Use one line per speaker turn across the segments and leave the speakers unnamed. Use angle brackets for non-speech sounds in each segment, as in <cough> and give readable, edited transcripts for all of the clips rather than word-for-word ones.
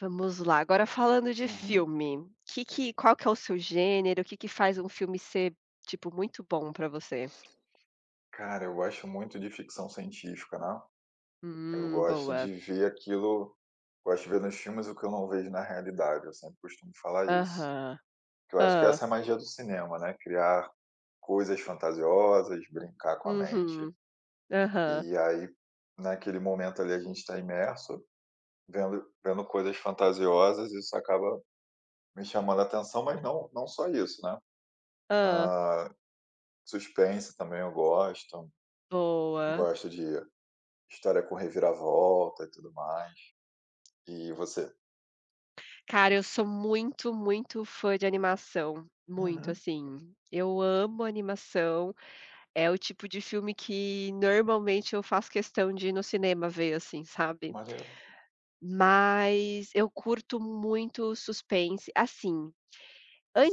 Vamos lá, agora falando de
Uhum.
filme, que qual que é o seu gênero, o que que faz um filme ser, tipo, muito bom pra você?
Cara, eu gosto muito de ficção científica, né? Eu gosto
Boa.
de ver aquilo, gosto de ver nos filmes o que eu não vejo na realidade. Eu sempre costumo falar isso.
Aham.
Que eu acho que
Ah,
essa é a magia do cinema, né? Criar coisas fantasiosas, brincar com a mente.
uhum. Aham.
E aí, naquele momento ali, a gente está imerso, vendo coisas fantasiosas, e isso acaba me chamando a atenção, mas não só isso, né?
Hã.
Ah, suspense também eu gosto.
Boa.
Gosto de História com reviravolta e tudo mais. E você?
Cara, eu sou muito fã de animação, muito,
Uhum,
assim. Eu amo animação, é o tipo de filme que normalmente eu faço questão de ir no cinema ver, assim, sabe.
maneiro.
Mas eu curto muito suspense, assim.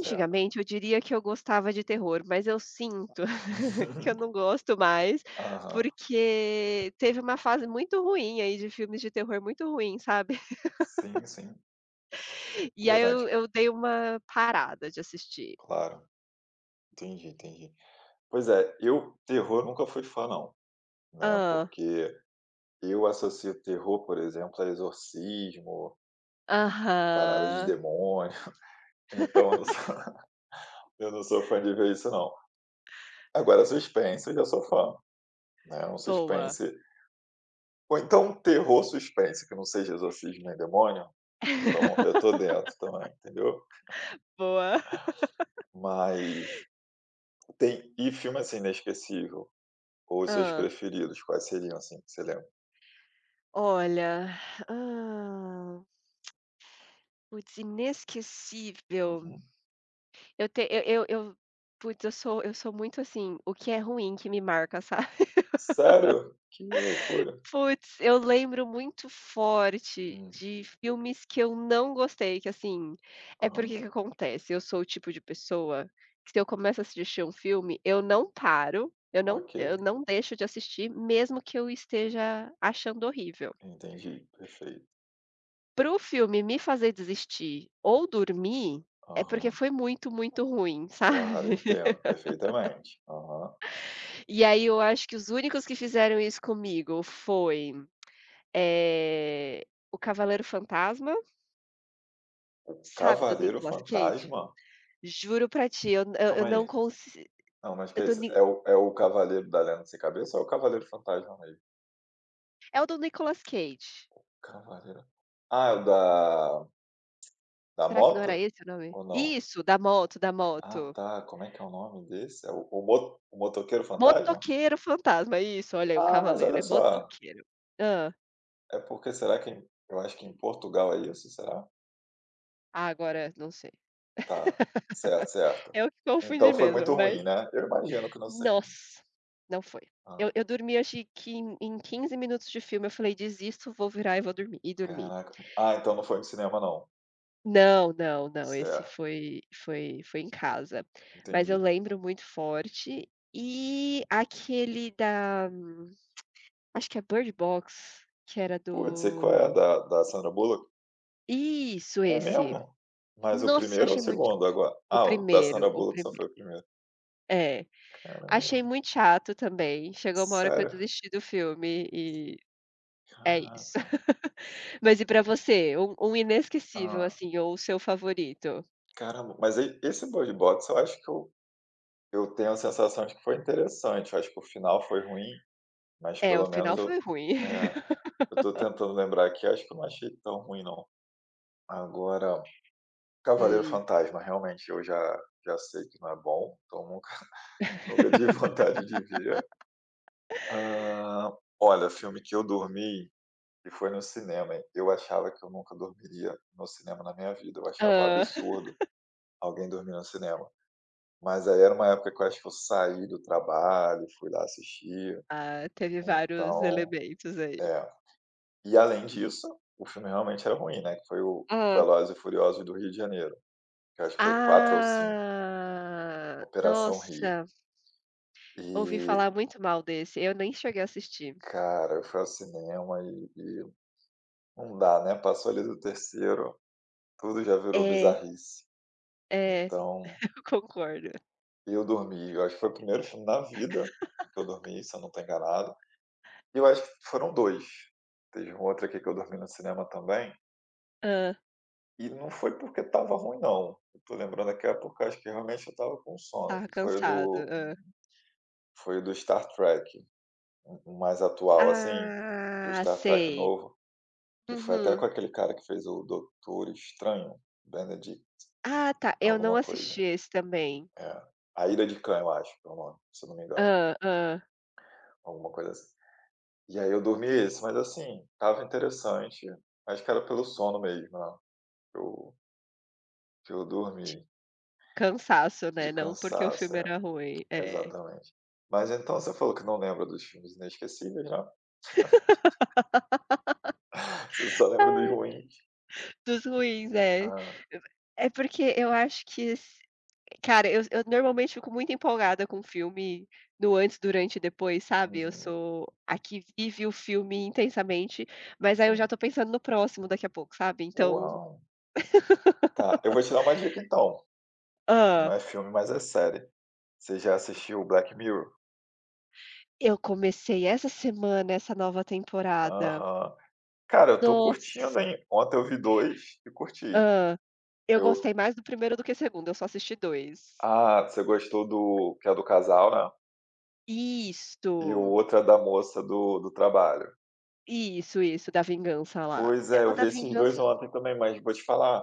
Certo.
eu diria que eu gostava de terror, mas eu sinto <laughs> que eu não
<laughs>
gosto mais,
Aham.
porque teve uma fase muito ruim aí de filmes de terror muito ruim, sabe.
Sim, sim.
<laughs> E aí eu
Verdade.
eu dei uma parada de assistir.
Claro. Entendi, entendi. Pois é, eu terror nunca fui fã não, né,
Ah,
porque eu associo terror, por exemplo, a exorcismo, parada de
aham.
demônio, <laughs> então eu não sou <laughs> eu não sou fã de ver isso não. Agora suspense eu já sou fã, né, um
Boa.
suspense ou então um terror suspense que não seja exorcismo nem demônio. Então eu tô
<laughs>
dentro também, entendeu?
Boa.
Mas tem filme, assim, inesquecível, ou os seus
Ah,
preferidos, quais seriam, assim, que você lembra?
olha, ah, putz, inesquecível.
Uhum.
Eu te eu Putz, eu sou muito assim, o que é ruim que me marca, <laughs> sabe.
Sério? Que loucura.
Putz, eu lembro muito forte
Hum,
de filmes que eu não gostei, que assim, é porque que
aham,
acontece, eu sou o tipo de pessoa que se eu começo a assistir um filme, eu não paro,
ok,
eu não deixo de assistir, mesmo que eu esteja achando horrível.
entendi, perfeito.
Para o filme me fazer desistir ou dormir, é porque
Aham,
foi muito ruim,
claro,
sabe. <laughs>
entendo perfeitamente. Aham.
E aí eu acho que os únicos que fizeram isso comigo foi, eh, O Cavaleiro Fantasma. Sabe, do
Cavaleiro
Nicolas Cage?
Fantasma?
Juro pra ti, eu
Calma
não
aí,
consi
não, mas que é isso? É o Cavaleiro da Lenda Sem Cabeça ou é o Cavaleiro Fantasma mesmo?
é o do Nicolas Cage.
Cavaleiro é o da
Será que não era
moto?
esse o nome?
Ou não?
Isso, da moto, da
Ah,
moto.
tá. Como é que é o nome desse? É o mo o Motoqueiro Fantasma?
Motoqueiro Fantasma, isso, olha aí o
Ah, mas
cavaleiro, é
olha só,
motoqueiro. Hã.
é porque será que eu acho que em Portugal é isso, será?
Ah, agora não sei.
Tá, certo,
<laughs>
certo.
Eu que confundi
Então foi muito
mesmo, mas
ruim, né? Eu imagino que não sei.
nossa, não foi.
Hã,
Eu dormi acho que em 15 minutos de filme, eu falei: "Desisto, vou virar e vou dormir", e dormi.
caraca. Ah, então não foi no cinema não.
Não, não, não, esse
Certo,
foi em casa. Mas eu
entendi.
lembro muito forte. E aquele da, acho que é Bird Box, que era
Putz, sei qual
do,
é, a da Sandra Bullock?
isso,
É
esse.
mesmo? Mas o
Nossa, eu
primeiro ou o
achei muito,
segundo agora?
o
Ah, o da
primeiro,
Sandra
o
Bullock só
primeiro.
foi o primeiro.
É. Achei
Caramba,
muito chato também, chegou uma hora que eu
sério?
desisti do filme e é isso.
Caraca.
<laughs> Mas e pra você, um inesquecível,
Ah.
assim, ou o seu favorito?
Caramba, mas e esse Bird Box eu acho que eu tenho a sensação de que foi interessante, eu acho que o final foi ruim, mas
É, o
pelo
final
menos
foi
eu
ruim.
é,
<laughs>
eu tô tentando lembrar aqui, acho que eu não achei tão ruim não. Agora, Cavaleiro
Hum.
Fantasma, realmente eu já sei que não é bom, então nunca <laughs> nunca tive vontade de ver. Hã, olha, filme que eu dormi e foi no cinema, hein, eu achava que eu nunca dormiria no cinema na minha vida, eu achava um
Hã.
absurdo alguém dormir no cinema. Mas aí era uma época que eu acho que eu saí do trabalho, fui lá assistir,
Ah, teve vários
então
elementos aí.
é. E além disso, o filme realmente era ruim, né, que foi o
Hã.
Velozes e Furiosos do Rio de Janeiro, que eu acho que foi o 4 ou 5
Ah,
Operação Rio.
nossa, ouvi
E,
falar muito mal desse, eu nem cheguei a assistir.
cara, eu fui ao cinema e não dá, né, passou ali do terceiro, tudo já virou
É,
bizarrice.
é,
Então,
<laughs> eu concordo.
eu dormi, eu acho que foi o primeiro filme na vida que eu dormi, se eu não estou enganado. Eu acho que foram dois. Teve um outro aqui que eu dormi no cinema também,
Hã.
e não foi porque estava ruim não, eu tô lembrando aqui é porque acho que realmente eu estava com sono,
Estava
que
cansado. Hã.
foi o do Star Trek, o mais atual, assim, do
Ah,
Star Trek
sei.
novo, que foi até
Uhum.
com aquele cara que fez o Doutor Estranho, Benedict
Ah, tá, eu não
alguma
assisti
coisa.
esse também.
É, A Ira de Khan eu acho que é o nome, se eu não me engano,
Hã, hã.
alguma coisa assim. E aí eu dormi esse, mas assim, estava interessante, acho que era pelo sono mesmo, né, eu que eu dormi,
Cansaço,
de
né, não porque o
cansaço,
filme
é,
era ruim. É.
exatamente. Mas então você falou que não lembra dos filmes inesquecíveis, né, <laughs> você só lembra dos
Ah,
ruins.
dos ruins, é.
Ah,
É porque eu acho que, cara, eu normalmente fico muito empolgada com o filme no antes, durante e depois, sabe. Eu
uhum,
sou a que vive o filme intensamente, mas aí eu já
sim.
tô pensando no próximo daqui a pouco, sabe. Então,
Uau! Tá, eu vou te dar uma dica então, não
ah,
é filme, mas é série. Você já assistiu Black Mirror?
eu comecei essa semana essa nova temporada.
Aham. Cara, eu tô
Nossa!
curtindo, hein. Ontem eu vi 2 e curti.
Ah, eu
Eu
gostei mais do primeiro do que do segundo, eu só assisti dois.
você gostou do que é do casal, né, e o
Isso,
outro é da moça do trabalho.
isso, da vingança lá.
Pois
É,
é,
o
eu
da
vi esses
vingança.
2 ontem também, mas vou te falar,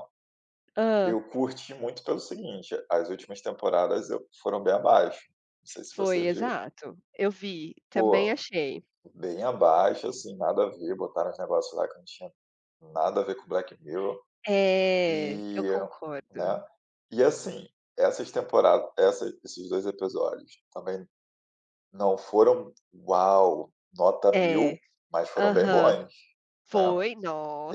Ah,
eu curti muito pelo seguinte, as últimas temporadas eu foram bem abaixo, não sei se
foi,
você viu.
exato. Eu vi, também
Pô,
achei.
bem abaixo, assim, nada a ver, botaram os negócios lá que não tinha nada a ver com Black Mirror,
É, eu
e,
concordo.
né, e assim, essas temporadas, essa esses 2 episódios também não foram "uau, nota
É,
mil", mas foram bem
aham.
bons, né,
Foi,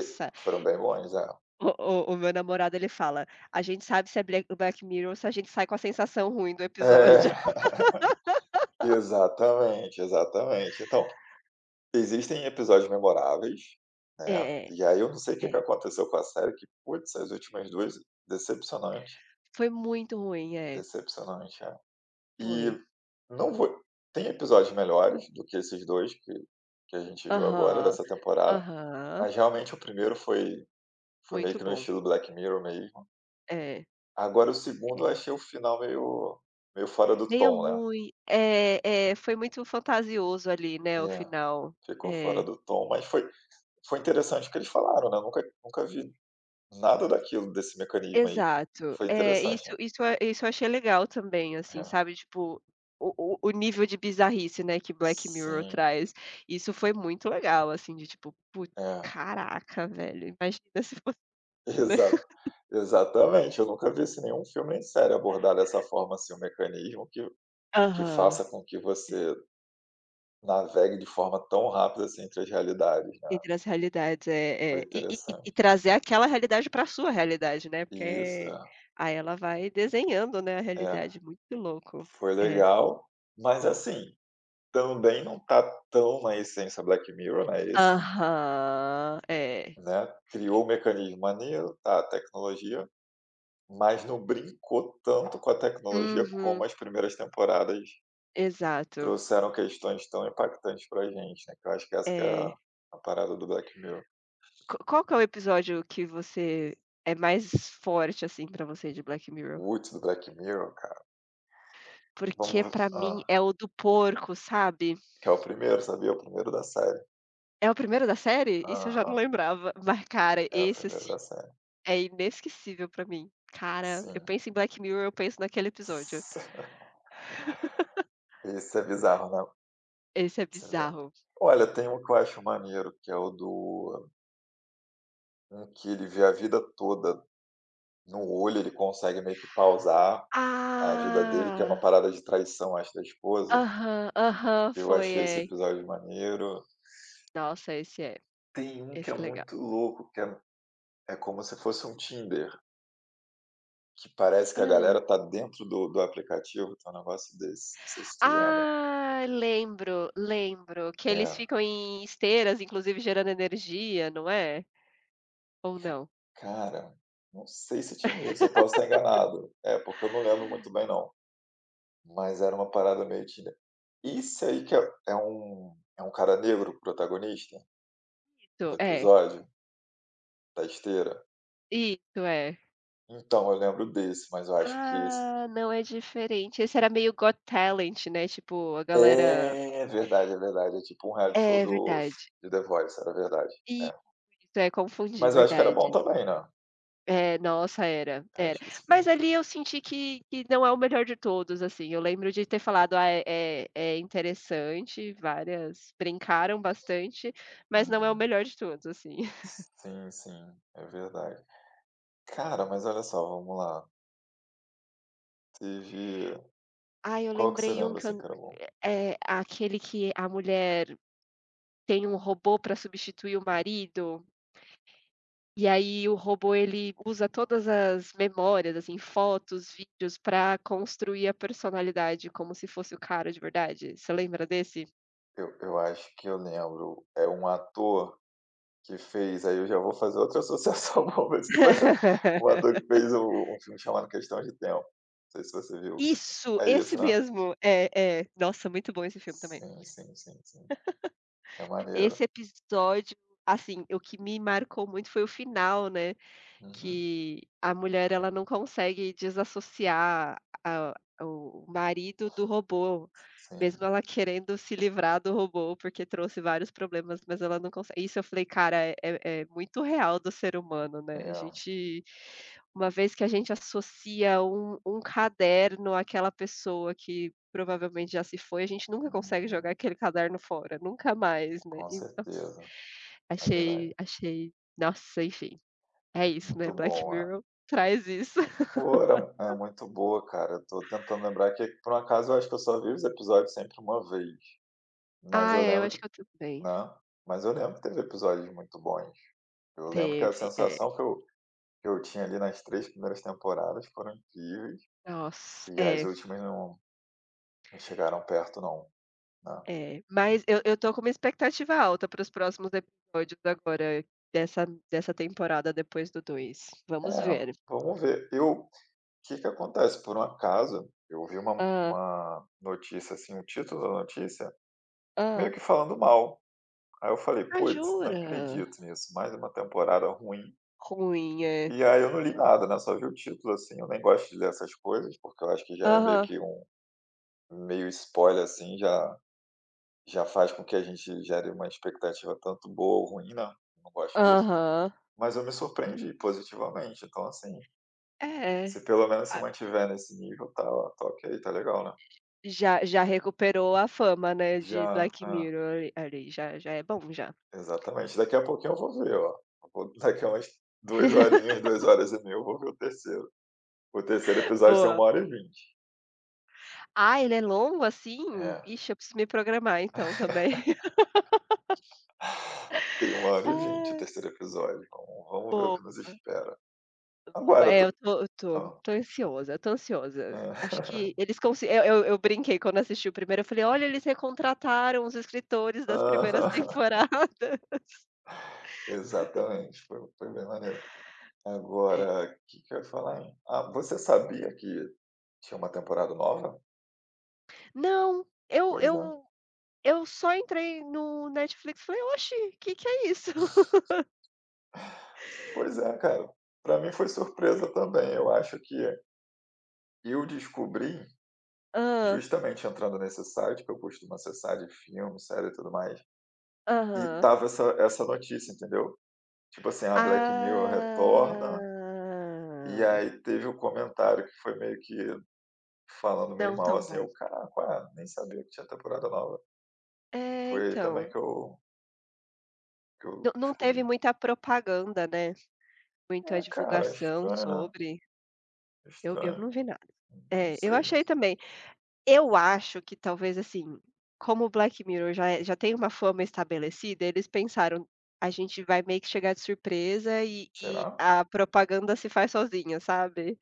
e foram bem bons, é.
O o meu namorado ele fala: "A gente sabe se é Black Mirror se a gente sai com a sensação ruim do
É,
episódio". <laughs>
<laughs> exatamente, exatamente. Então existem episódios memoráveis,
É,
né,
é,
e aí eu não sei o que
é.
que aconteceu com a série que, putz, as últimas 2 decepcionante,
Foi muito ruim, é,
decepcionante, é.
foi.
E não vou, tem episódios melhores do que esses 2 que a gente viu agora
Aham,
dessa temporada,
aham.
mas realmente o primeiro foi meio
Muito
que no
bom.
estilo Black Mirror mesmo.
É,
Agora o segundo
é.
eu achei o final meio fora do
Meio
tom, né.
ruim. É, é, foi muito fantasioso ali, né, o
É,
final.
ficou fora
É.
do tom, mas foi interessante o que eles falaram, né, nunca vi nada daquilo, desse mecanismo aí.
Exato.
Foi
É,
interessante, né.
isso eu achei legal também, assim,
É,
sabe, tipo, o o nível de bizarrice, né, que Black Mirror
sim,
traz, isso foi muito legal, assim, de tipo: "Putz,
é,
caraca, velho, imagina se fosse".
<laughs> exato,
<laughs>
exatamente. Eu nunca vi assim nenhum filme nem série abordar dessa forma, assim, um mecanismo que
Aham.
faça com que você navegue de forma tão rápida, assim, entre as realidades, né.
Entre as realidades, é
Foi
é. E e
interessante.
trazer aquela realidade pra sua realidade, né,
Isso,
porque
é,
aí ela vai desenhando, né, a
é.
realidade, muito louco.
Foi
É.
legal, mas assim, também não tá tão na essência Black Mirror, né, esse,
Aham. É.
né. Criou o mecanismo maneiro, tá, a tecnologia. Mas não brincou tanto com a tecnologia
Uhum.
como as primeiras temporadas
Exato.
trouxeram questões tão impactantes pra gente, né, que eu acho que essa que é
É.
a parada do Black Mirror.
Qu qual que é o episódio que você é mais forte, assim, pra você de Black
O
Mirror?
Woods do Black Mirror, cara,
Porque pra
vamos
mim
hã.
é o do porco, sabe.
Que é o primeiro, sabia? O primeiro da série.
É o primeiro da série? Isso eu já não
Aham,
lembrava, <laughs> mas cara,
é o
esse
primeiro
assim,
da série.
é inesquecível pra mim. Cara, eu
Sim.
penso em Black Mirror, eu penso naquele episódio.
<laughs> Isso é bizarro, né,
Esse é
isso é bizarro.
bizarro.
Olha, tem um que eu acho maneiro, que é o do um que ele vê a vida toda no olho, ele consegue meio que pausar a vida dele, que é
Ah!
uma parada de traição, acho, da esposa.
Aham, aham,
Eu
foi,
achei esse
é.
episódio maneiro.
Nossa,
Tem um que
esse
é
é legal.
muito louco, que é como se fosse um Tinder, que parece que a galera tá dentro do aplicativo, tem um negócio desse, não sei se tu lembra.
Ah, lembro, lembro. Que eles
É.
ficam em esteiras, inclusive gerando energia, não é? Ou
Ca
não?
cara, não sei se tinha isso, eu posso estar enganado. É, porque eu não lembro muito bem não, mas era uma parada meio Tinder. Isso aí que é um cara negro protagonista
Isso,
do
é.
episódio, da esteira?
Isso, é.
Então, eu lembro desse, mas eu acho que esse
Ah, não, é diferente. Esse era meio Got Talent, né, tipo, a galera
é verdade, é verdade, é tipo um reality show
é
do
verdade.
de The Voice, era verdade,
Isso,
é.
isso, é, confundi,
Mas eu acho que era bom
verdade.
também, né.
É, nossa, era,
Eu
era.
acho que isso foi
Mas
bom.
ali eu senti que não é o melhor de todos, assim, eu lembro de ter falado: "Ah, é interessante", várias brincaram bastante, mas não é o
Aham.
melhor de todos, assim. <laughs>
Sim, sim, é verdade. Cara, mas olha só, vamos lá, teve
Ah, eu
qual que você
lembrei um
lembra,
que
assim,
eu
que era bom?
é, aquele que a mulher tem um robô para substituir o marido, e aí o robô ele usa todas as memórias, assim, fotos, vídeos para construir a personalidade como se fosse o cara de verdade. Você lembra desse?
Eu acho que eu lembro, é um ator que fez aí eu já vou fazer outra associação <laughs> boa, mas que vai ser um
<laughs>
ator que fez o um filme chamado Questão de Tempo, não sei se você viu, Questão
Isso,
é
esse
isso né?
mesmo. É, é. Nossa, muito bom esse filme também.
Sim, sim, sim, sim. É
Esse
maneiro.
episódio, assim, o que me marcou muito foi o final, né,
Uhum.
que a mulher ela não consegue desassociar a, o marido do robô,
Sim,
mesmo ela querendo se livrar do robô, porque trouxe vários problemas, mas ela não consegue. Isso eu falei: "Cara, é muito real do ser humano, né". A
é.
gente, uma vez que a gente associa um caderno àquela pessoa que provavelmente já se foi, a gente nunca consegue jogar
Uhum.
aquele caderno fora, nunca mais, né.
Com
E nossa,
certeza, é
achei
verdade.
achei nossa, enfim. É isso, né,
Muito
Black
bom, é.
Mirror traz isso. <laughs>
Pô, era é muito boa, cara. Eu tô tentando lembrar que, por um acaso, eu acho que eu só vi os episódios sempre uma vez. Mas
Ah,
eu
é, eu
lembro
acho
que
que eu também.
né, mas eu lembro que teve episódios muito bons. Eu lembro que a
Teve, é.
sensação que eu tinha ali nas 3 primeiras temporadas foram incríveis,
Nossa,
e as
é,
últimas não chegaram perto não, né.
é. Mas eu tô com uma expectativa alta para os próximos episódios agora, dessa dessa temporada depois do dois.
É,
Vamos ver.
vamos ver. Eu que acontece, por um acaso, eu vi uma
Ah,
uma notícia, assim, o título da notícia, meio
hã.
que falando mal. Aí eu falei:
Ah,
"Puts, não
jura?
acredito nisso, mais uma temporada ruim".
Ruim, é.
E aí eu não li nada, né, só vi o título, assim, eu nem gosto de ler essas coisas, porque eu acho que já é meio
Aham,
que um meio spoiler, assim, já já faz com que a gente gere uma expectativa tanto boa ou ruim, né, não gosto disso.
aham.
Mas eu me surpreendi positivamente, então, assim,
É,
se pelo menos
a
se mantiver nesse nível, tá ok, tá legal, né.
já já recuperou a fama, né, de
Já.
Black Mirror ali, ali, já já é bom já.
Exatamente. Daqui a pouquinho eu vou ver, ó. Eu vou <laughs> daqui a umas 2 horinhas, 2h30 eu vou ver o terceiro. O terceiro
<laughs>
episódio tem
Boa.
1h20.
Ah, ele é longo assim?
É,
Ixi, eu preciso me programar então também. <laughs>
tem 1h20 o
Ah,
terceiro episódio. Então vamos ver o
boa.
que nos espera. Agora
É,
tu
eu tô
hã.
tô ansiosa, eu tô ansiosa. Acho
É.
que eles consi eu brinquei quando assisti o primeiro, eu falei: "Olha, eles recontrataram os escritores
<laughs>
das primeiras <laughs>
Aham. <laughs>
temporadas".
Exatamente, foi bem maneiro.
É.
Agora, o que que eu ia falar, hein? Ah, você sabia que tinha uma temporada nova?
Não, eu
Pois é.
eu eu só entrei no Netflix e falei: "Oxe, que é isso?". <laughs>
Pois é, cara. Pra mim foi surpresa também. Eu acho que eu descobri
Ah,
justamente entrando nesse site, que eu costumo acessar de filme, série e tudo mais, e
aham.
tava essa notícia, entendeu? Tipo assim, a Black Mirror retorna, e
Ah,
aí teve um comentário que foi meio que falando meio
não
mal,
tão
assim,
bom.
eu: "Caraca, ué, nem sabia que tinha temporada nova".
É,
Foi aí também
então.
que eu que
Não
eu
não teve
descobri.
muita propaganda, né, muita
É, cara,
divulgação
estranho, né,
sobre, eu
estranho.
não vi nada.
Não
É, eu
sei,
achei
mas
também. Eu acho que talvez, assim, como o Black Mirror já é já tem uma fama estabelecida, eles pensaram: "A gente vai meio que chegar de surpresa e
será?
a propaganda se faz sozinha", sabe.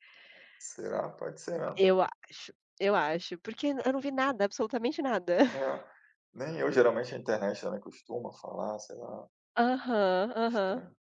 Será? Pode ser, né.
Eu acho, eu acho, porque eu não vi nada, absolutamente nada.
É, nem eu geralmente a internet também costuma falar, sei lá,
Aham, aham.
estranho.